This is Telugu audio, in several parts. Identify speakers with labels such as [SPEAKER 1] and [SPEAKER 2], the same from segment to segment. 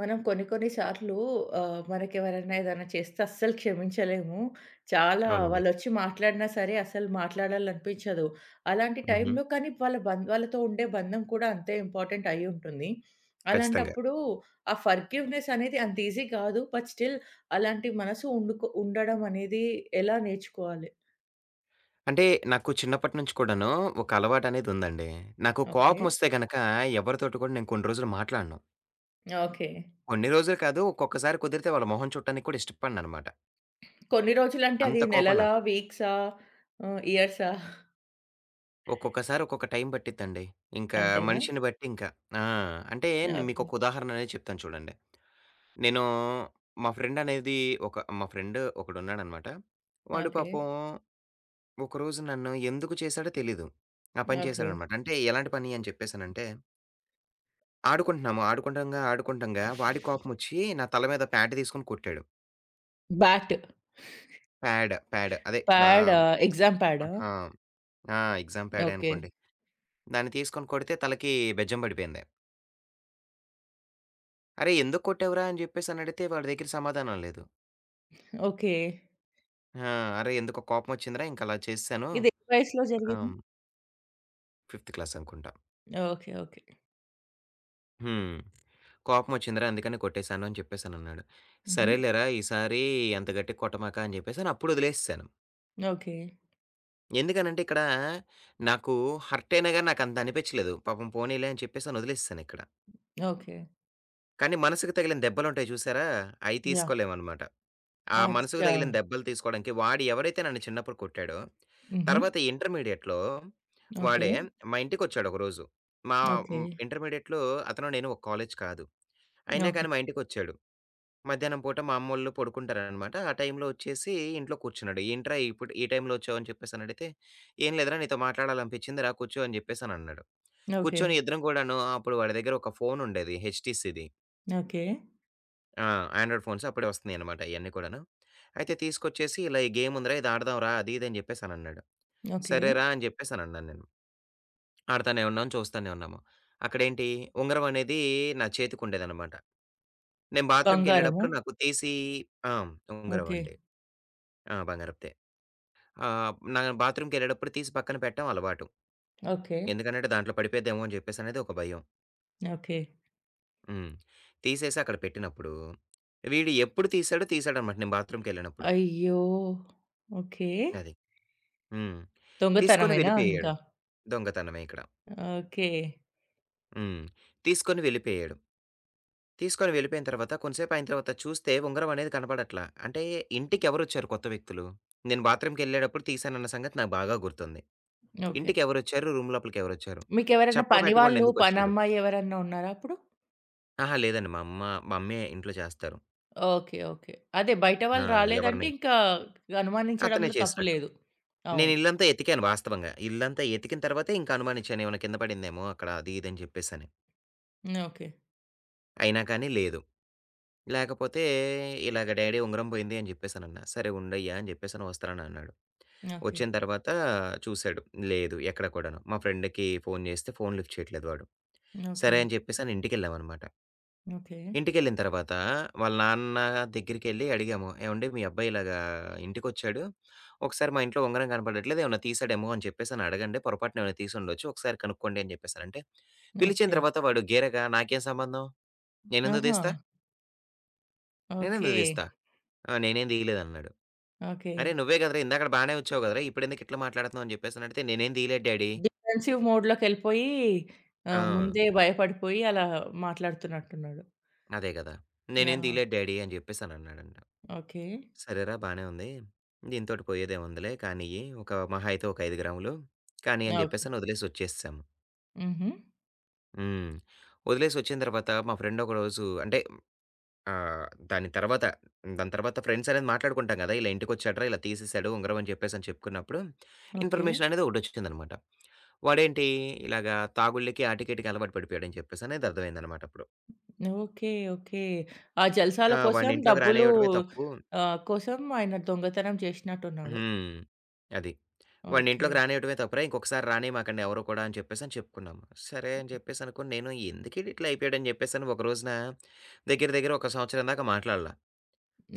[SPEAKER 1] మనం కొన్ని కొన్ని సార్లు మనకెవరైనా ఏదైనా చేస్తే అస్సలు క్షమించలేము. చాలా
[SPEAKER 2] అవునండి.
[SPEAKER 1] వాళ్ళొచ్చి మాట్లాడినా సరే అసలు మాట్లాడాలనిపించదు. అలాంటి
[SPEAKER 2] హుహు.
[SPEAKER 1] టైంలో కానీ వాళ్ళతో ఉండే బంధం కూడా అంతే ఇంపార్టెంట్ అయ్యుంటుంది.
[SPEAKER 2] ఖచ్చితంగా.
[SPEAKER 1] అలాంటప్పుడు ఆ ఫర్‌గివ్‌నెస్ అనేది అంత ఈజీ కాదు. బట్ స్టిల్ అలాంటి మనసు ఉండడం అనేది ఎలా నేర్చుకోవాలి?
[SPEAKER 2] అంటే నాకు చిన్నప్పటి నుంచి కూడాను ఒక అలవాటనేదుందండి. నాకు
[SPEAKER 1] ఓకే.
[SPEAKER 2] కోపమొస్తే గనక ఎవరితోటి కూడా నేను కొన్ని రోజులు మాట్లాడను.
[SPEAKER 1] ఓకే.
[SPEAKER 2] కొన్ని రోజులు కాదు, ఒక్కొక్కసారి కుదిరితే వాళ్ళ మొహం చూడటానికి కూడా ఇష్టపడననమాట.
[SPEAKER 1] కొన్ని రోజులంటే అది
[SPEAKER 2] అంత కోపం
[SPEAKER 1] నెలలా?
[SPEAKER 2] నాకు.
[SPEAKER 1] వీక్సా? ఇయర్సా?
[SPEAKER 2] ఒక్కొక్కసారి ఒక్కొక్క టైం పట్టిద్దండి. ఇంకా
[SPEAKER 1] అంతేనా?
[SPEAKER 2] మనిషిని బట్టి ఇంకా. ఆ! అంటే
[SPEAKER 1] ఓకే.
[SPEAKER 2] మీకొక ఉదాహరణ అనేది చెప్తాను చూడండి. నేను మా ఫ్రెండ్ అనేది ఒక మా ఫ్రెండ్ ఒకడున్నాడనమాట. వాడు
[SPEAKER 1] ఓకే.
[SPEAKER 2] పాపం ఒకరోజు నన్ను ఎందుకు చేశాడో తెలీదు. ఆ పని
[SPEAKER 1] ఓకే.
[SPEAKER 2] చేశాడనమాట. అంటే ఎలాంటి పని అని చెప్పేసనంటే, ఆడుకుంటున్నాము. ఆడుకుంటంగా వాడికి కోపమొచ్చి నా తల మీద ప్యాడ్ తీసుకొని కొట్టాడు.
[SPEAKER 1] బ్యాట్.
[SPEAKER 2] ప్యాడ్, ప్యాడ్ అదే
[SPEAKER 1] ప్యాడా? ఎగ్జామ్ ప్యాడా?
[SPEAKER 2] ఆహా! ఆ! ఎగ్జామ్ ప్యాడే
[SPEAKER 1] ఓకే.
[SPEAKER 2] అనుకోండి. దాన్ని తీసుకొని కొడితే తలకి బెజ్జం పడిపోయింది. "అరేయ్! ఎందుకు కొట్టావురా?" అని చెప్పేసనడిగితే వాడి దగ్గర సమాధానం లేదు.
[SPEAKER 1] ఓకే.
[SPEAKER 2] ఆ! "అరేయ్! ఎందుకో కోపమొచ్చిందిరా ఇంకలా చేసేశాను."
[SPEAKER 1] ఇది ఏ వయసులో
[SPEAKER 2] ఆహ్,
[SPEAKER 1] జరిగింది?
[SPEAKER 2] హ్మ్. ఫిఫ్త్ క్లాస్ అనుకుంటా.
[SPEAKER 1] ఓకే. ఓకే.
[SPEAKER 2] హ్మ్. కోపమొచ్చిందిరా! అందుకని కొట్టేశాను అని చెప్పేసనన్నాడు.
[SPEAKER 1] హుహు.
[SPEAKER 2] సరేలేరా! ఈసారి అంత గట్టిగా కొట్టమాక అని చెప్పేసని అప్పుడొదిలేసేశాను.
[SPEAKER 1] ఓకే.
[SPEAKER 2] ఎందుకనంటే ఇక్కడ నాకు హర్ట్ అయినా గాని నాకంత అనిపిచ్చలేదు. పాపం పోనీలే అని చెప్పేసని వదిలేసేసానిక్కడ.
[SPEAKER 1] ఓకే.
[SPEAKER 2] కానీ మనసుకు తగిలిన దెబ్బలుంటాయి చూసారా! అయి
[SPEAKER 1] యాహ్!
[SPEAKER 2] తీసుకోలేమనమాట. ఆ మనసుకు
[SPEAKER 1] అచ్చా!
[SPEAKER 2] తగిలిన దెబ్బలు తీసుకోవడానికి వాడు ఎవరైతే నన్ను చిన్నప్పుడు కొట్టాడో,
[SPEAKER 1] హుహు.
[SPEAKER 2] తర్వాత ఇంటర్మీడియేట్‌లో
[SPEAKER 1] ఓకే.
[SPEAKER 2] వాడే మా ఇంటికొచ్చాడు ఒకరోజు. మా
[SPEAKER 1] ఓకే.
[SPEAKER 2] హ్మ్. ఇంటర్మీడియేట్‌లో అతను నేను ఒక కాలేజ్ కాదు. అయినా
[SPEAKER 1] ఓకే.
[SPEAKER 2] కానీ మా ఇంటికొచ్చాడు. మధ్యాహ్నం పూట మా అమ్మోళ్ళు పడుకుంటారనమాట. ఆ టైంలో వచ్చేసి ఇంట్లో కూర్చున్నాడు. ఏంట్రా ఇప్పుడు ఈ టైంలో వచ్చావని చెప్పేసనడిగితే, "ఏం లేదురా నీతో మాట్లాడాలనిపించింది. రా కూర్చో" అని చెప్పేసనన్నాడు.
[SPEAKER 1] ఓకే.
[SPEAKER 2] కూర్చొని ఇద్దరం కూడాను అప్పుడు వాడి దగ్గర ఒక ఫోనుండేది హెచ్‌టీసీది.
[SPEAKER 1] ఓకే.
[SPEAKER 2] ఆ! ఆండ్రాయిడ్ ఫోన్స్ అప్పుడే వస్తున్నాయనమాట అయన్నీ కూడాను. అయితే తీసుకొచ్చేసి, "ఇలా ఈ గేమ్ ఉందిరా ఇది ఆడదాంరా" అది ఇది అని చెప్పేసనన్నాడు.
[SPEAKER 1] ఓకే.
[SPEAKER 2] సరేరా అని చెప్పేసనన్నాను నేను. ఆడతానే ఉన్నాం, చూస్తానే ఉన్నాము. అక్కడేంటి ఉంగరం అనేది నా చేతికుండేదనమాట. నేను
[SPEAKER 1] బంగారము.
[SPEAKER 2] బాత్రూమ్‌కెళ్ళేటప్పుడు నాకు తీసి ఆ! ఉంగరం
[SPEAKER 1] ఓకే.
[SPEAKER 2] అండి. ఆ! బంగారపుదే. నా బాత్రూమ్‌కెళ్ళేటప్పుడు తీసి పక్కన పెట్టడం అలవాటు.
[SPEAKER 1] ఓకే.
[SPEAKER 2] ఎందుకనంటే దాంట్లో పడిపోయిద్దేమో అని జెప్పేసనేది ఒక భయం.
[SPEAKER 1] ఓకే.
[SPEAKER 2] హ్మ్. తీసేసి అక్కడ పెట్టినప్పుడు, వీడు ఎప్పుడు తీసాడో తీసాడనమాట నేను బాత్రూమ్‌కెళ్ళినప్పుడు.
[SPEAKER 1] అయ్యో! ఓకే.
[SPEAKER 2] అది. హ్మ్. తీసుకొని
[SPEAKER 1] దొంగతనమేనా
[SPEAKER 2] వెళ్ళిపోయాడు.
[SPEAKER 1] ఇంకా?
[SPEAKER 2] దొంగతనమే ఇక్కడ.
[SPEAKER 1] ఓకే.
[SPEAKER 2] హ్మ్. తీసుకొని వెళ్ళిపోయాడు. తీసుకొని వెళ్ళిపోయిన తర్వాత కొంసేపు అయిన తర్వాత చూస్తే ఉంగరం అనేది కనపడట్లా. అంటే ఇంటికెవరొచ్చారు కొత్త వ్యక్తులు? నేను బాత్రూమ్‌కెళ్ళేటప్పుడు తీశానన్న సంగతి నాకు బాగా గుర్తుంది.
[SPEAKER 1] ఓకే.
[SPEAKER 2] ఇంటికెవరొచ్చారు? రూమ్ లోపలికెవరొచ్చారు?
[SPEAKER 1] మీకెవరైనా
[SPEAKER 2] చెప్పా
[SPEAKER 1] పని
[SPEAKER 2] పెట్టకుండా
[SPEAKER 1] వాళ్ళు,
[SPEAKER 2] ఎందుకొచ్చాడు?
[SPEAKER 1] పనమ్మాయి ఎవరన్నా ఉన్నారా అప్పుడు?
[SPEAKER 2] అహా! లేదండి. మా అమ్మే ఇంట్లో చేస్తారు.
[SPEAKER 1] ఓకే. ఓకే. అదే బయట
[SPEAKER 2] ఆ!
[SPEAKER 1] వాళ్ళు రాలేదంటే
[SPEAKER 2] ఎవరిని
[SPEAKER 1] ఇంకా
[SPEAKER 2] అతనే
[SPEAKER 1] అనుమానించడంలో తప్పు
[SPEAKER 2] చేసినట్టు.
[SPEAKER 1] లేదు.
[SPEAKER 2] నేను
[SPEAKER 1] అవును.
[SPEAKER 2] ఇల్లంతా ఎతికాను వాస్తవంగా. ఇల్లంతా ఎతికిన తర్వాతే ఇంక అనుమానించాను ఏమైనా కింద పడిందేమో అక్కడ అది ఇది అని చెప్పేసని.
[SPEAKER 1] ఓకే.
[SPEAKER 2] అయినా కానీ లేదు. లేకపోతే ఇలాగ డ్యాడీ ఉంగరం పోయింది అని చెప్పేసనన్నా. సరే ఉండయ్యా అని చెప్పేసని వస్తానన్నాడు.
[SPEAKER 1] ఓకే.
[SPEAKER 2] వచ్చిన తర్వాత చూసాడు. లేదు ఎక్కడ కూడాను. మా ఫ్రెండ్‌కి ఫోను చేస్తే ఫోను లిఫ్ట్ చేయట్లేదు వాడు.
[SPEAKER 1] ఓకే.
[SPEAKER 2] సరే అని చెప్పేసని ఇంటికెళ్ళామనమాట.
[SPEAKER 1] ఓకే.
[SPEAKER 2] ఇంటికెళ్ళిన తర్వాత వాళ్ళ నాన్న దగ్గరికెళ్ళి అడిగాము. "ఏవండీ మీ అబ్బాయి ఇలాగా ఇంటికొచ్చాడు. ఒకసారి మా ఇంట్లో ఉంగరం కనపడట్లేదు. ఏమన్నా తీసాడేమో అని చెప్పేసని అడగండి. పొరపాటున ఏమైనా తీసుండొచ్చు. ఒకసారి కనుక్కోండి" అని చెప్పేసనంటే, పిలిచిన
[SPEAKER 1] ఓకే.
[SPEAKER 2] తర్వాత వాడు గేరగా "నాకేం సంబంధం? నేనెందుకు
[SPEAKER 1] ఆహా!
[SPEAKER 2] తీస్తా?
[SPEAKER 1] ఓకే.
[SPEAKER 2] నేనెందుకు తీస్తా? ఆ! నేనేం తీయలేదన్నాడు."
[SPEAKER 1] ఓకే.
[SPEAKER 2] "అరే! నువ్వే కదరా! ఇందాకడ బానే వచ్చావు కదరా! ఇప్పుడెందుకు ఇట్లా మాట్లాడుతున్నావు?" అని చెప్పేసనంటే, "నేనేం తీయలేదు డ్యాడీ."
[SPEAKER 1] డిఫెన్సివ్ మోడ్‌లోకెళ్ళిపోయి
[SPEAKER 2] ఆ!
[SPEAKER 1] ముందే భయపడిపోయి అలా మాట్లాడుతున్నట్టున్నాడు.
[SPEAKER 2] అదే కదా! "నేనేం
[SPEAKER 1] యాహ్!
[SPEAKER 2] తీయలేదు డ్యాడీ" అని చెప్పేసనన్నాడంట.
[SPEAKER 1] ఓకే.
[SPEAKER 2] సరేరా! బానే ఉంది. దీనితోటి పోయేదేముందిలే కానియ్యి. ఒక మహా అయితే ఒక 5 గ్రాములు కానీ అని
[SPEAKER 1] ఓకే.
[SPEAKER 2] చెప్పేసని వదిలేసొచ్చేసాము.
[SPEAKER 1] హుహు.
[SPEAKER 2] హ్మ్. వదిలేసొచ్చిన తర్వాత మా ఫ్రెండ్ ఒకరోజు అంటే ఆహ్, దాని తర్వాత దాని తర్వాత ఫ్రెండ్స్ అనేది మాట్లాడుకుంటాం గదా! ఇలా ఇంటికొచ్చాడురా, ఇలా తీసేసాడు ఉంగరం అని చెప్పేసని చెప్పుకున్నప్పుడు,
[SPEAKER 1] ఓకే.
[SPEAKER 2] ఇన్ఫర్మేషన్ అనేది ఒకటొచ్చిందనమాట. వాడేంటి ఇలాగా తాగుళ్ళకి ఆటికీటికి అలవాటు పడిపోయాడని చెప్పేసనేది అర్థమైందనమాట అప్పుడు.
[SPEAKER 1] ఓకే. ఓకే. ఆ జల్సాల
[SPEAKER 2] ఆ!
[SPEAKER 1] కోసం
[SPEAKER 2] వాడిని ఇంట్లోకి
[SPEAKER 1] డబ్బులు
[SPEAKER 2] రానివ్వడమే తప్పు.
[SPEAKER 1] కోసం ఆయన దొంగతనం చేసినట్టున్నాడు.
[SPEAKER 2] హ్మ్. అది. వాడిని
[SPEAKER 1] ఓకే.
[SPEAKER 2] ఇంట్లోకి రానియటమే తప్పురా! ఇంకొకసారి రానిమాకండి ఎవరు కూడా అని చెప్పేసని చెప్పుకున్నాము. సరే అని చెప్పేసనుకోని నేను ఎందుకీడు ఇట్లా అయిపోయాడని చెప్పేసని ఒక రోజున దగ్గర దగ్గర ఒక సంవత్సరం దాకా మాట్లాడలా.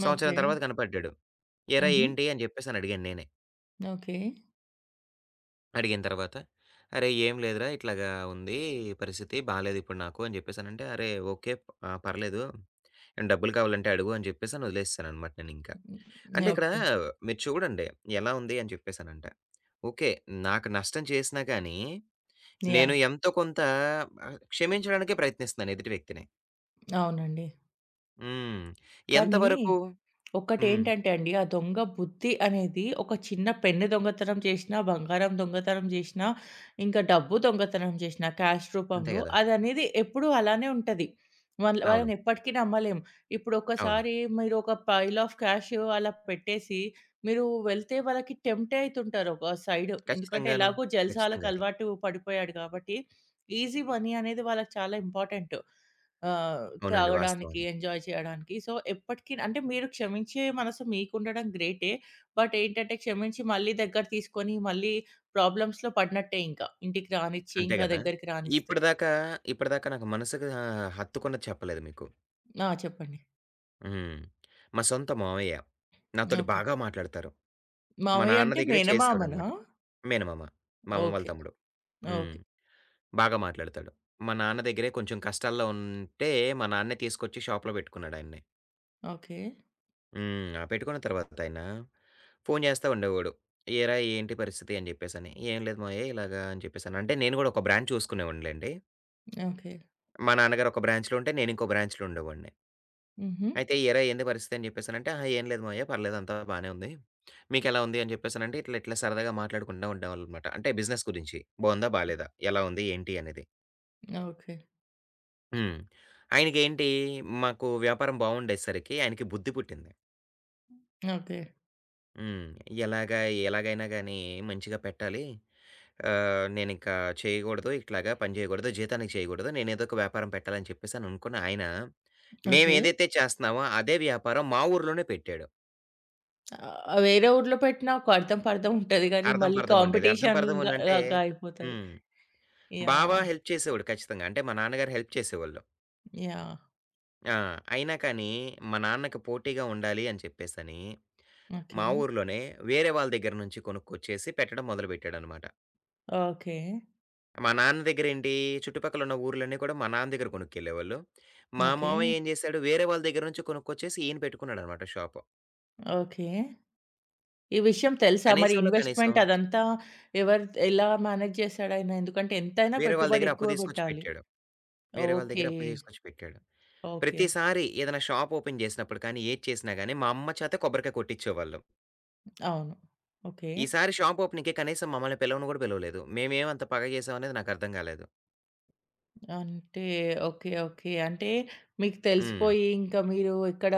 [SPEAKER 2] సంవత్సరం
[SPEAKER 1] ఓకే.
[SPEAKER 2] తర్వాత కనపడ్డాడు. "ఏరా
[SPEAKER 1] హుహు.
[SPEAKER 2] ఏంటి?" అని చెప్పేసని అడిగాను నేనే.
[SPEAKER 1] ఓకే.
[SPEAKER 2] అడిగిన తర్వాత, "అరేయ్! ఏం లేదురా ఇట్లాగా ఉంది పరిస్థితి. బాలేదిప్పుడు నాకు" అని జెప్పేసనంటే, "అరే! ఓకే. పర్లేదు. ఏమైనా డబ్బులు కావాలంటే అడుగు" అని జెప్పేసని వదిలేసేసాననమాట నేనింకా.
[SPEAKER 1] హ్మ్.
[SPEAKER 2] అంటే ఇక్కడ
[SPEAKER 1] ఓకే.
[SPEAKER 2] మీరు చూడండి ఎలా ఉంది అని చెప్పేసనంటే, ఓకే. నాకు నష్టం చేసినా గానీ,
[SPEAKER 1] యాహ్!
[SPEAKER 2] నేను ఎంతో కొంత క్షమించడానికే ప్రయత్నిస్తున్నాను ఎదుటి వ్యక్తిని.
[SPEAKER 1] అవునండి.
[SPEAKER 2] హ్మ్. ఎంత
[SPEAKER 1] కానీ
[SPEAKER 2] వరకు. హ్మ్.
[SPEAKER 1] ఒకటేంటంటే అండి, ఆ దొంగ బుద్ధి అనేది ఒక చిన్న పెన్ను దొంగతనం చేసినా, బంగారం దొంగతనం చేసినా, ఇంకా డబ్బు దొంగతనం చేసినా క్యాష్
[SPEAKER 2] అంతే
[SPEAKER 1] రూపంలో
[SPEAKER 2] గదా!
[SPEAKER 1] అదనేది ఎప్పుడూ అలానే ఉంటది. వాళ్ళ
[SPEAKER 2] అవును.
[SPEAKER 1] వాళ్ళని ఎప్పటికీ నమ్మలేం. ఇప్పుడు
[SPEAKER 2] అవును.
[SPEAKER 1] ఒకసారి మీరు ఒక పైల్ ఆఫ్ క్యాష్ అలా పెట్టేసి, మీరు వెళ్తే వాళ్ళకి టెంప్టే అయితుంటారు ఒక సైడ్. ఎందుకంటే
[SPEAKER 2] ఖచ్చితంగాను.
[SPEAKER 1] ఎలాగో జల్సాలకు
[SPEAKER 2] ఖచ్చితంగా అది.
[SPEAKER 1] అలవాటు పడిపోయాడు కాబట్టి, ఈజీ మనీ అనేది వాళ్ళకి చాలా ఇంపార్టెంట్. ఆహ్,
[SPEAKER 2] అవునండి. వాస్తవం
[SPEAKER 1] తాగడానికి,
[SPEAKER 2] అది.
[SPEAKER 1] ఎంజాయ్ చేయడానికి. సో, ఎప్పటికి అంటే మీరు క్షమించే మనసు మీకుండడం గ్రేటే. బట్ ఏంటంటే క్షమించి మళ్ళీ దగ్గర తీసుకొని మళ్ళీ ప్రాబ్లమ్స్‌లో పడినట్టే ఇంకా. ఇంటికి రానిచ్చి
[SPEAKER 2] అంతే
[SPEAKER 1] ఇంకా
[SPEAKER 2] గదా!
[SPEAKER 1] దగ్గరికి రానిస్తే.
[SPEAKER 2] ఇప్పటిదాకా, ఇప్పటిదాకా నాకు మనసుకి హత్తుకున్నది చెప్పలేదు మీకు.
[SPEAKER 1] ఆ! చెప్పండి.
[SPEAKER 2] హ్మ్. మా సొంత మామయ్య. నాతోటి
[SPEAKER 1] ఓకే.
[SPEAKER 2] బాగా మాట్లాడతారు. మా
[SPEAKER 1] మామయ్య
[SPEAKER 2] నాన్న
[SPEAKER 1] అంటే
[SPEAKER 2] దగ్గరే
[SPEAKER 1] మేనమామనా?
[SPEAKER 2] చేసేవాడనమాట. మేనమామ. మా అమ్మ వాళ్ళ
[SPEAKER 1] ఓకే.
[SPEAKER 2] తమ్ముడు. హ్మ్.
[SPEAKER 1] ఓకే.
[SPEAKER 2] బాగా మాట్లాడతాడు. మా నాన్న దగ్గరే కొంచెం కష్టాల్లో ఉంటే, మా నాన్నే తీసుకొచ్చి షాప్‌లో పెట్టుకున్నాడాయన్ని.
[SPEAKER 1] ఓకే.
[SPEAKER 2] హ్మ్. ఆ పెట్టుకున్న తర్వాత ఆయన ఫోను చేస్తా ఉండేవాడు. "ఏరా ఏంటి పరిస్థితి" అని చెప్పేసని. "ఏం లేదు మావయ్య ఇలాగా" అని చెప్పేసని. అంటే నేను గూడా ఒక బ్రాంచ్ చూసుకునేవాడినిలెండి.
[SPEAKER 1] ఓకే.
[SPEAKER 2] మా నాన్నగారు ఒక బ్రాంచ్‌లో ఉంటే, నేను ఇంకో బ్రాంచ్‌లో ఉండేవాడిని.
[SPEAKER 1] హుహు.
[SPEAKER 2] అయితే "ఏరా ఏంది పరిస్థితి" అని చెప్పేసనంటే, "అహా! ఏం లేదు మావయ్య పర్లేదు అంతా బానే ఉంది. మీకెలా ఉంది" అని చెప్పేసనంటే ఇట్లా ఇట్లా సరదాగా మాట్లాడుకుంటా ఉండేవాళ్ళనమాట. అంటే బిజినెస్ గురించి. బావుందా? బాలేదా? ఎలా ఉంది? ఏంటి? అనేది.
[SPEAKER 1] ఓకే.
[SPEAKER 2] హ్మ్. ఆయనకేంటి మాకు వ్యాపారం బావుండేసరికి ఆయనకి బుద్ధి పుట్టింది.
[SPEAKER 1] ఓకే.
[SPEAKER 2] హ్మ్. ఎలాగా ఎలాగైనా గానీ మంచిగా పెట్టాలి. నేనింకా చేయకూడదు. ఇట్లాగా పని చేయకూడదు. జీతానికి చేయకూడదు. నేనేదో ఒక వ్యాపారం పెట్టాలని చెప్పేసని అనుకున్న ఆయన,
[SPEAKER 1] ఓకే.
[SPEAKER 2] మేమేదైతే చేస్తున్నామో అదే వ్యాపారం మా ఊర్లోనే పెట్టాడు.
[SPEAKER 1] వేరే ఊర్లో పెట్టినా ఒక అర్థం పర్థం ఉంటది గానీ
[SPEAKER 2] అర్థం
[SPEAKER 1] మళ్ళీ
[SPEAKER 2] పర్థంగుండేది. అర్థం
[SPEAKER 1] కాంపిటీషన్‌గా
[SPEAKER 2] పర్థమనంటే
[SPEAKER 1] లాగా అయిపోతది.
[SPEAKER 2] హ్మ్. బావ
[SPEAKER 1] యాహ్!
[SPEAKER 2] హెల్ప్ చేసేవాడు ఖచ్చితంగా. అంటే మా నాన్నగారు హెల్ప్ చేసేవాళ్ళు.
[SPEAKER 1] యాహ్!
[SPEAKER 2] ఆ! అయినా కానీ మా నాన్నకి పోటీగా ఉండాలి అని చెప్పేసని,
[SPEAKER 1] ఓకే.
[SPEAKER 2] మా ఊర్లోనే వేరే వాళ్ళ దగ్గర నుంచి కొనుక్కొచ్చేసి పెట్టడం మొదలుపెట్టాడనమాట.
[SPEAKER 1] ఓకే.
[SPEAKER 2] మా నాన్న దగ్గరేంటి చుట్టుపక్కల ఉన్న ఊర్లన్నీ కూడా మా నాన్న దగ్గర కొనుక్కెళ్ళేవాళ్ళు. మా
[SPEAKER 1] ఓకే.
[SPEAKER 2] మామయ్య ఏం జేశాడు వేరే వాళ్ళ దగ్గర నుంచి కొనుక్కొచ్చేసి ఈయన పెట్టుకున్నాడనమాట షాపు.
[SPEAKER 1] ఓకే. ఈ విషయం తెలుసా? మరి
[SPEAKER 2] కనీసంలో కనీసం
[SPEAKER 1] ఇన్వెస్ట్‌మెంట్ అదంతా ఎవరు ఎలా మేనేజ్ చేసాడాయన? ఎందుకంటే ఎంతైనా
[SPEAKER 2] వేరే వాళ్ళ
[SPEAKER 1] పెట్టుబడి
[SPEAKER 2] దగ్గర అప్పు
[SPEAKER 1] ఎక్కువ
[SPEAKER 2] తీసుకొచ్చి
[SPEAKER 1] పెట్టాలి.
[SPEAKER 2] పెట్టాడు. వేరే వాళ్ళ
[SPEAKER 1] ఓకే.
[SPEAKER 2] దగ్గర అప్పు తీసుకొచ్చి పెట్టాడు.
[SPEAKER 1] ఓకే.
[SPEAKER 2] ప్రతిసారి ఏదైనా షాప్ ఓపెన్ చేసినప్పుడు కానీ, ఏది చేసినా గాని, మా అమ్మ చేత కొబ్బరికాయ కొట్టిచ్చేవాళ్ళం.
[SPEAKER 1] అవును. ఓకే.
[SPEAKER 2] ఈసారి షాప్ ఓపెనింగ్‌కి కనీసం మమ్మల్ని పిలవను గూడా పిలవలేదు. మేమేం అంత పగ చేసామనేది నాకర్థం గాలేదు.
[SPEAKER 1] అంటే ఓకే. ఓకే. అంటే మీకు
[SPEAKER 2] హ్మ్.
[SPEAKER 1] తెలిసిపోయి ఇంకా మీరు ఎక్కడ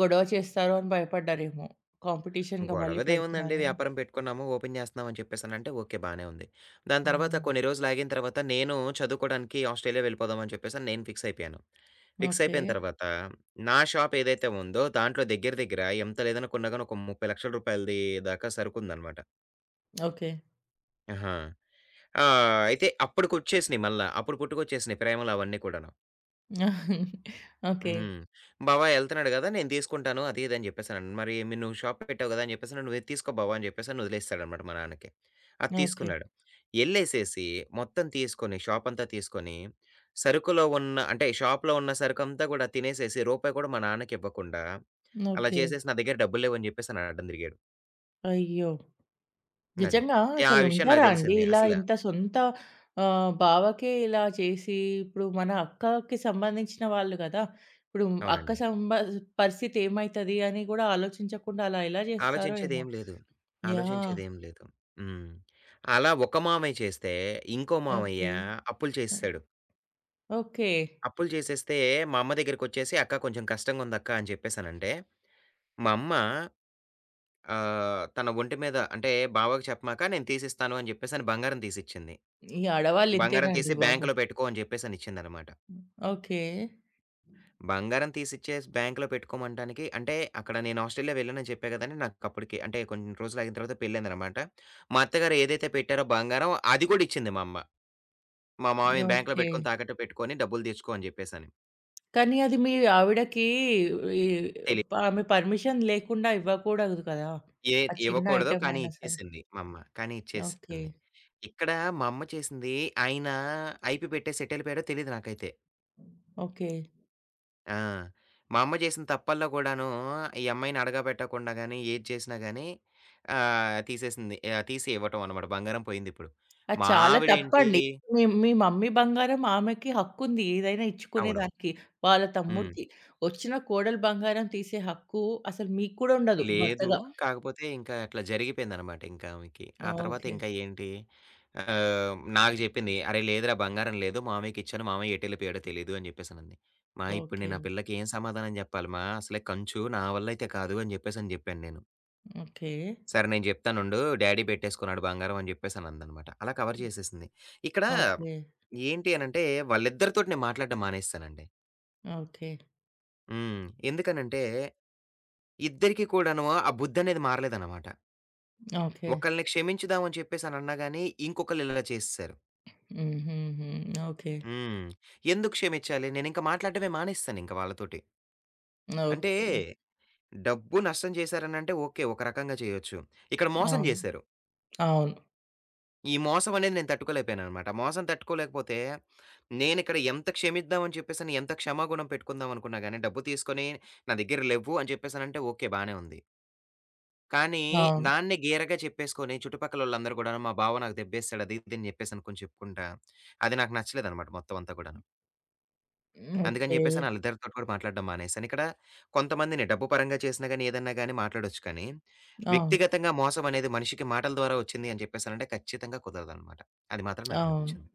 [SPEAKER 1] గొడవ చేస్తారో అని భయపడ్డారేమో. కాంపిటీషన్‌గా మళ్ళీ
[SPEAKER 2] గొడవదేముందండి
[SPEAKER 1] పెడుతున్నారని.
[SPEAKER 2] వ్యాపారం పెట్టుకున్నాము, ఓపెన్ చేస్తున్నాం అని చెప్పేసనంటే ఓకే బానే ఉంది. దాని తర్వాత
[SPEAKER 1] హ్మ్.
[SPEAKER 2] కొన్ని రోజులాగిన తర్వాత నేను చదువుకోడానికి ఆస్ట్రేలియా వెళ్ళిపోదాం అని చెప్పేసని నేను ఫిక్స్ అయిపోయాను. Fix
[SPEAKER 1] okay.
[SPEAKER 2] అయిపోయిన తర్వాత నా షాప్ ఏదైతే ఉందో దాంట్లో దగ్గర దగ్గర ఎంత లేదనుకున్నా గాని ఒక ₹30,00,000 దాకా సరుకుందనమాట.
[SPEAKER 1] ఓకే.
[SPEAKER 2] ఆహా! ఆ! అయితే అప్పటికొచ్చేసినియి మళ్ళా. అప్పుడు పుట్టుకొచ్చేసినియి ప్రేమలు అవన్నీ కూడాను.
[SPEAKER 1] ఓకే.
[SPEAKER 2] హ్మ్. "బావ ఎళ్తున్నాడు గదా! నేను తీసుకుంటాను" అది ఇది అని చెప్పేసనను. మరి మీ "నువ్వు షాప్ పెట్టావు గదా!" అని చెప్పేసని, "నువ్వే తీసుకో బావ" అని చెప్పేసని వదిలేస్తాడనమాట మా నాన్నకి. అది
[SPEAKER 1] ఓకే.
[SPEAKER 2] తీసుకున్నాడు. ఎళ్ళేసేసి మొత్తం తీసుకొని షాపంతా తీసుకొని, సరుకులో ఉన్న అంటే షాప్‌లో ఉన్న సరుకంతా గూడా తినేసేసి, రూపాయి కూడా మా నాన్నకివ్వకుండా, అలా
[SPEAKER 1] ఓకే.
[SPEAKER 2] చేసేసి, "నా దగ్గర డబ్బులు లేవు" అని చెప్పేసని అడ్డం తిరిగాడు.
[SPEAKER 1] అయ్యో!
[SPEAKER 2] అది.
[SPEAKER 1] నిజంగా
[SPEAKER 2] ఆ విషయం
[SPEAKER 1] అసలుంటారా
[SPEAKER 2] నాకు
[SPEAKER 1] అండి?
[SPEAKER 2] తెలిసింది.
[SPEAKER 1] ఇలా
[SPEAKER 2] అసల
[SPEAKER 1] ఇంత సొంత బావకే ఇలా చేసి, ఇప్పుడు మన అక్కకి సంబంధించిన వాళ్ళు గదా! ఇప్పుడు అక్క
[SPEAKER 2] అవునండి.
[SPEAKER 1] సంబ పరిస్థితి ఏమైతది అని గూడా ఆలోచించకుండా అలా ఎలా జేస్తారో ఏమో!
[SPEAKER 2] ఆలోచించేదేం లేదు.
[SPEAKER 1] యాహ్!
[SPEAKER 2] ఆలోచించేదేం లేదు. హ్మ్. అలా ఒక మామయ్య చేస్తే, ఇంకో మామయ్య
[SPEAKER 1] ఓకే.
[SPEAKER 2] అప్పులు
[SPEAKER 1] ఆ!
[SPEAKER 2] చేసేసాడు.
[SPEAKER 1] ఓకే.
[SPEAKER 2] అప్పులు చేసేస్తే మా అమ్మ దగ్గరికొచ్చేసి, "అక్క కొంచెం కష్టంగుందక్క" అని చెప్పేసనంటే, మా అమ్మ తన ఒంటి మీద అంటే బావకి చెప్పమాక, "నేను తీసిస్తాను" అని చెప్పేసని బంగారం తీసిచ్చింది.
[SPEAKER 1] ఈ ఆడవాళ్ళు
[SPEAKER 2] బంగారం
[SPEAKER 1] ఇంతేనండి
[SPEAKER 2] తీసి
[SPEAKER 1] బాబు.
[SPEAKER 2] బ్యాంక్‌లో పెట్టుకో అని చెప్పేసని ఇచ్చిందనమాట.
[SPEAKER 1] ఓకే.
[SPEAKER 2] బంగారం తీసిచ్చేసి బ్యాంక్‌లో పెట్టుకోమంటానికి అంటే, అక్కడ నేను ఆస్ట్రేలియా వెళ్ళానని చెప్పా గదండీ! నాకప్పటికి అంటే కొన్ని రోజులు ఆగిన తర్వాత పెళ్ళయిందనమాట. మా అత్తగారు ఏదైతే పెట్టారో బంగారం అది గూడా ఇచ్చింది మా అమ్మ. మా మామయ్యని బ్యాంక్‌లో
[SPEAKER 1] ఓకే.
[SPEAKER 2] పెట్టుకొని, తాకట్టు పెట్టుకొని డబ్బులు తెచ్చుకో అని జెప్పేసని.
[SPEAKER 1] కానీ అది మీ ఆవిడకి ఈ
[SPEAKER 2] తెలి
[SPEAKER 1] ఆమె పర్మిషన్ లేకుండా ఇవ్వకూడదు కదా!
[SPEAKER 2] ఏ
[SPEAKER 1] ఆ చిన్న
[SPEAKER 2] ఇవ్వకూడదు
[SPEAKER 1] ఐటెమ్
[SPEAKER 2] కానీ
[SPEAKER 1] అయినా సరే.
[SPEAKER 2] ఇచ్చేసింది మా అమ్మ. కానీ
[SPEAKER 1] ఓకే.
[SPEAKER 2] ఇచ్చేసింది. ఇక్కడ మా అమ్మ చేసింది ఆయన ఐపీ పెట్టేసి ఎటెళ్ళిపోయాడో తెలీదు నాకైతే.
[SPEAKER 1] ఓకే.
[SPEAKER 2] ఆ! మా అమ్మ చేసిన తప్పల్లో కూడాను, ఈ అమ్మాయిని అడగబెట్టకుండా గాని, ఏది చేసినా గాని తీసేసింది. తీసి ఇవ్వటం అనమాట. బంగారం పోయిందిప్పుడు.
[SPEAKER 1] అది
[SPEAKER 2] మా
[SPEAKER 1] చాలా
[SPEAKER 2] ఆవిడేంటి
[SPEAKER 1] తప్పండి. మీ మీ మమ్మీ బంగారం ఆమెకి హక్కుంది. ఏదైనా
[SPEAKER 2] అవును.
[SPEAKER 1] ఇచ్చుకునేదానికి. వాళ్ళ
[SPEAKER 2] హ్మ్.
[SPEAKER 1] తమ్ముడికి. వచ్చిన కోడలు బంగారం తీసే హక్కు అసలు మీకు కూడా ఉండదు
[SPEAKER 2] లేదు.
[SPEAKER 1] భర్తగా.
[SPEAKER 2] కాకపోతే ఇంకా అట్లా జరిగిపోయిందనమాట ఇంకా ఆమెకి. ఆ తర్వాత
[SPEAKER 1] ఓకే.
[SPEAKER 2] ఇంకా ఏంటి నాకు చెప్పింది. "అరేయ్! లేదురా బంగారం లేదు. మామయ్యకిచ్చాను. మామయ్య ఎటెళ్ళిపోయాడో తెలీదు" అని చెప్పేసనంది. "మా! ఇప్పుడు
[SPEAKER 1] ఓకే.
[SPEAKER 2] నేను ఆ పిల్లకి ఏం సమాధానం చెప్పాలి మా? అసలే కంచు. నా వల్ల అయితే కాదు" అని చెప్పేసని చెప్పాను నేను.
[SPEAKER 1] ఓకే.
[SPEAKER 2] సరే నేను జెప్తానుండు. డ్యాడీ బెట్టేసుకున్నాడు బంగారం అని జెప్పేసనందనమాట. అలా కవర్ చేసేసింది. ఇక్కడ
[SPEAKER 1] ఓకే.
[SPEAKER 2] ఏంటి అనంటే వాళ్ళిద్దరితోటి నేను మాట్లాడడం మానేసేసానండి.
[SPEAKER 1] ఓకే.
[SPEAKER 2] హ్మ్. ఎందుకనంటే ఇద్దరికీ కూడాను ఆ బుద్ధనేది మారలేదనమాట.
[SPEAKER 1] ఓకే.
[SPEAKER 2] ఒకళ్ళని క్షమించుదాం అని చెప్పేసనన్నా గాని ఇంకొకళ్ళు ఇలా చేసేసారు.
[SPEAKER 1] హుహుహు. ఓకే.
[SPEAKER 2] హ్మ్. ఎందుకు క్షమించాలి? నేనింక మాట్లాడడమే మానేసేసానింక వాళ్ళతోటి. అంటే
[SPEAKER 1] ఓకే.
[SPEAKER 2] డబ్బు నష్టం చేశారనంటే ఓకే. ఒక రకంగా చేయొచ్చు. ఇక్కడ మోసం
[SPEAKER 1] అవును.
[SPEAKER 2] జేశారు.
[SPEAKER 1] అవును.
[SPEAKER 2] ఈ మోసం అనేది నేను తట్టుకోలేకపోయాననమాట. మోసం తట్టుకోలేకపోతే, నేనిక్కడ ఎంత క్షమిద్దాం అని చెప్పేసని, ఎంత క్షమాగుణం పెట్టుకుందాం అనుకున్నా గాని, డబ్బు తీసుకొని నా దగ్గర లెవ్వు అని చెప్పేసనంటే ఓకే. బానే ఉంది. కానీ
[SPEAKER 1] అవును.
[SPEAKER 2] దాన్ని గీరగా చెప్పేసుకొని చుట్టుపక్కలోళ్ళందరూ గూడాను, మా బావ నాకు దెబ్బేసాడు అది ఇది అని చెప్పేసి అనుకోని చెప్పుకుంటా, అది నాకు నచ్చలేదనమాట మొత్తం అంతా గూడాను. అందుకని
[SPEAKER 1] ఓకే.
[SPEAKER 2] జెప్పేసని ఆళ్ళిద్దరితోటి కూడా మాట్లాడడం మానేసాను. ఇక్కడ కొంతమందిని డబ్బు పరంగా చేసినా గాని, ఏదన్నా గాని మాట్లాడొచ్చు కానీ,
[SPEAKER 1] అవును.
[SPEAKER 2] వ్యక్తిగతంగా మోసం అనేది మనిషికి మాటల ద్వారా వచ్చింది అని చెప్పేసనంటే ఖచ్చితంగా కుదరదనమాట. అది మాత్రం
[SPEAKER 1] అవును.
[SPEAKER 2] నాకనిపించింది.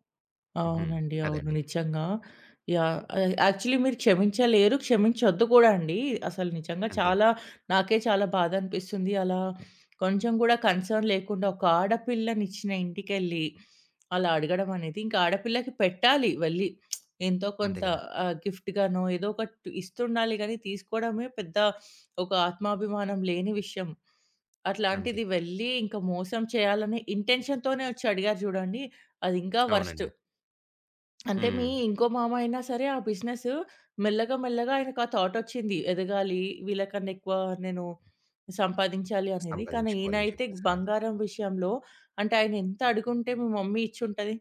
[SPEAKER 2] హుహు.
[SPEAKER 1] అవునండి. అవును.
[SPEAKER 2] అదండి.
[SPEAKER 1] నిజంగా. యాహ్! యాక్చువల్లీ మీరు క్షమించలేరు. క్షమించొద్దు కూడా అండి. అసలు నిజంగా
[SPEAKER 2] అంతే.
[SPEAKER 1] చాలా నాకే చాలా బాధనిపిస్తుంది. అలా కొంచెం గూడా కన్సర్న్ లేకుండా ఒక ఆడపిల్లనిచ్చిన ఇంటికెళ్ళి అలా అడగడం అనేది ఇంకా ఆడపిల్లకి పెట్టాలి వెళ్ళి. ఎంతో
[SPEAKER 2] అంతే
[SPEAKER 1] కొంత
[SPEAKER 2] కదా!
[SPEAKER 1] గిఫ్ట్‌గానో ఏదో ఒకటి ఇస్తుండాలి గానీ, తీసుకోవడమే పెద్ద ఒక ఆత్మాభిమానం లేని విషయం.
[SPEAKER 2] అంతే.
[SPEAKER 1] అట్లాంటిది వెళ్ళి ఇంకా మోసం చేయాలనే ఇంటెన్షన్‌తోనే వచ్చి అడిగారు చూడండి. అది ఇంకా వరస్ట్.
[SPEAKER 2] అవునండి.
[SPEAKER 1] అంటే మీ
[SPEAKER 2] హ్మ్.
[SPEAKER 1] ఇంకో మామ అయినా సరే ఆ బిజినెస్ మెల్లగా మెల్లగా ఆయనకు ఆ థాట్ వచ్చింది. ఎదగాలి వీళ్ళకన్నా ఎక్కువ నేను సంపాదించాలి అనేది. కానీ
[SPEAKER 2] సంపాదించుకోవాలని
[SPEAKER 1] ఈయనైతే
[SPEAKER 2] చెప్పేసనని.
[SPEAKER 1] బంగారం విషయంలో అంటే ఆయన ఎంత అడుగుంటే మీ మమ్మీ ఇచ్చుంటది?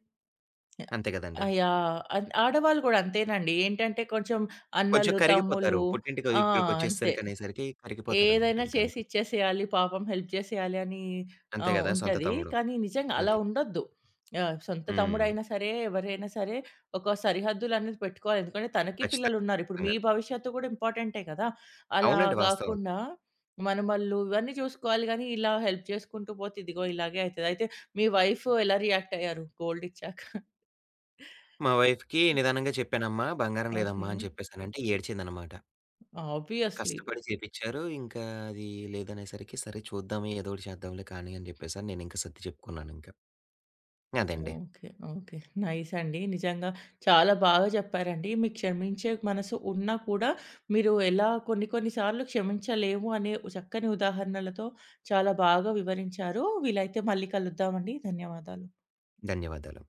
[SPEAKER 2] అంతే కదండీ!
[SPEAKER 1] యాహ్! ఆడవాళ్ళు గూడా అంతేనండి. ఏంటంటే కొంచెం
[SPEAKER 2] కొంచెం
[SPEAKER 1] అన్నలు,
[SPEAKER 2] కరిగిపోతారు.
[SPEAKER 1] తమ్ముళ్ళు
[SPEAKER 2] పుట్టింటి
[SPEAKER 1] ఆ! అంతే.
[SPEAKER 2] దగ్గరకొచ్చేసరికి అనేసరికి కరిగిపోతారనమాట
[SPEAKER 1] ఏదైనా చేసి
[SPEAKER 2] ఇంకంతే.
[SPEAKER 1] ఇచ్చేసేయాలి, పాపం హెల్ప్ చేసేయాలి అని
[SPEAKER 2] అంతే కదా! సొంత
[SPEAKER 1] ఉంటది.
[SPEAKER 2] తమ్ముడు.
[SPEAKER 1] కానీ నిజంగా అలా
[SPEAKER 2] అది.
[SPEAKER 1] ఉండొద్దు. సొంత
[SPEAKER 2] హ్మ్.
[SPEAKER 1] తమ్ముడైనా సరే, ఎవరైనా సరే ఒక సరిహద్దులనేది పెట్టుకోవాలి. ఎందుకంటే తనకి పిల్లలున్నారు. ఇప్పుడు మీ
[SPEAKER 2] ఖచ్చితంగా.
[SPEAKER 1] భవిష్యత్తు కూడా ఇంపార్టెంటే కదా! అలా
[SPEAKER 2] అవునండి. వాస్తవం.
[SPEAKER 1] గాకుండా మనమల్లు ఇవన్నీ చూసుకోవాలి గానీ, ఇలా హెల్ప్ చేసుకుంటూ పోతే ఇదిగో ఇలాగే అయితది. అయితే మీ వైఫ్ ఎలా రియాక్ట్ అయ్యారు గోల్డ్ ఇచ్చాక?
[SPEAKER 2] మా వైఫ్‌కి నిదానంగా చెప్పానమ్మా, బంగారం
[SPEAKER 1] ఓకే.
[SPEAKER 2] లేదమ్మా అని చెప్పేసనంటే ఏడ్చిందనమాట.
[SPEAKER 1] ఆబ్వియస్‌లీ.
[SPEAKER 2] కష్టపడి చేపిచ్చారు. ఇంకా అది లేదనేసరికి సరే చూద్దాం ఏదో ఒకటి చేద్దాంలే కానీ అని చెప్పేసని నేనింక సర్ది చెప్పుకున్నానింక. అదండి.
[SPEAKER 1] ఓకే. ఓకే. నైస్ అండి. నిజంగా చాలా బాగా చెప్పారండి. మీ క్షమించే మనసు ఉన్నా కూడా మీరు ఎలా కొన్ని కొన్ని సార్లు క్షమించలేము అనే చక్కని ఉదాహరణలతో చాలా బాగా వివరించారు. వీలైతే మళ్ళీ కలుద్దామండి. ధన్యవాదాలు.
[SPEAKER 2] ధన్యవాదాలు.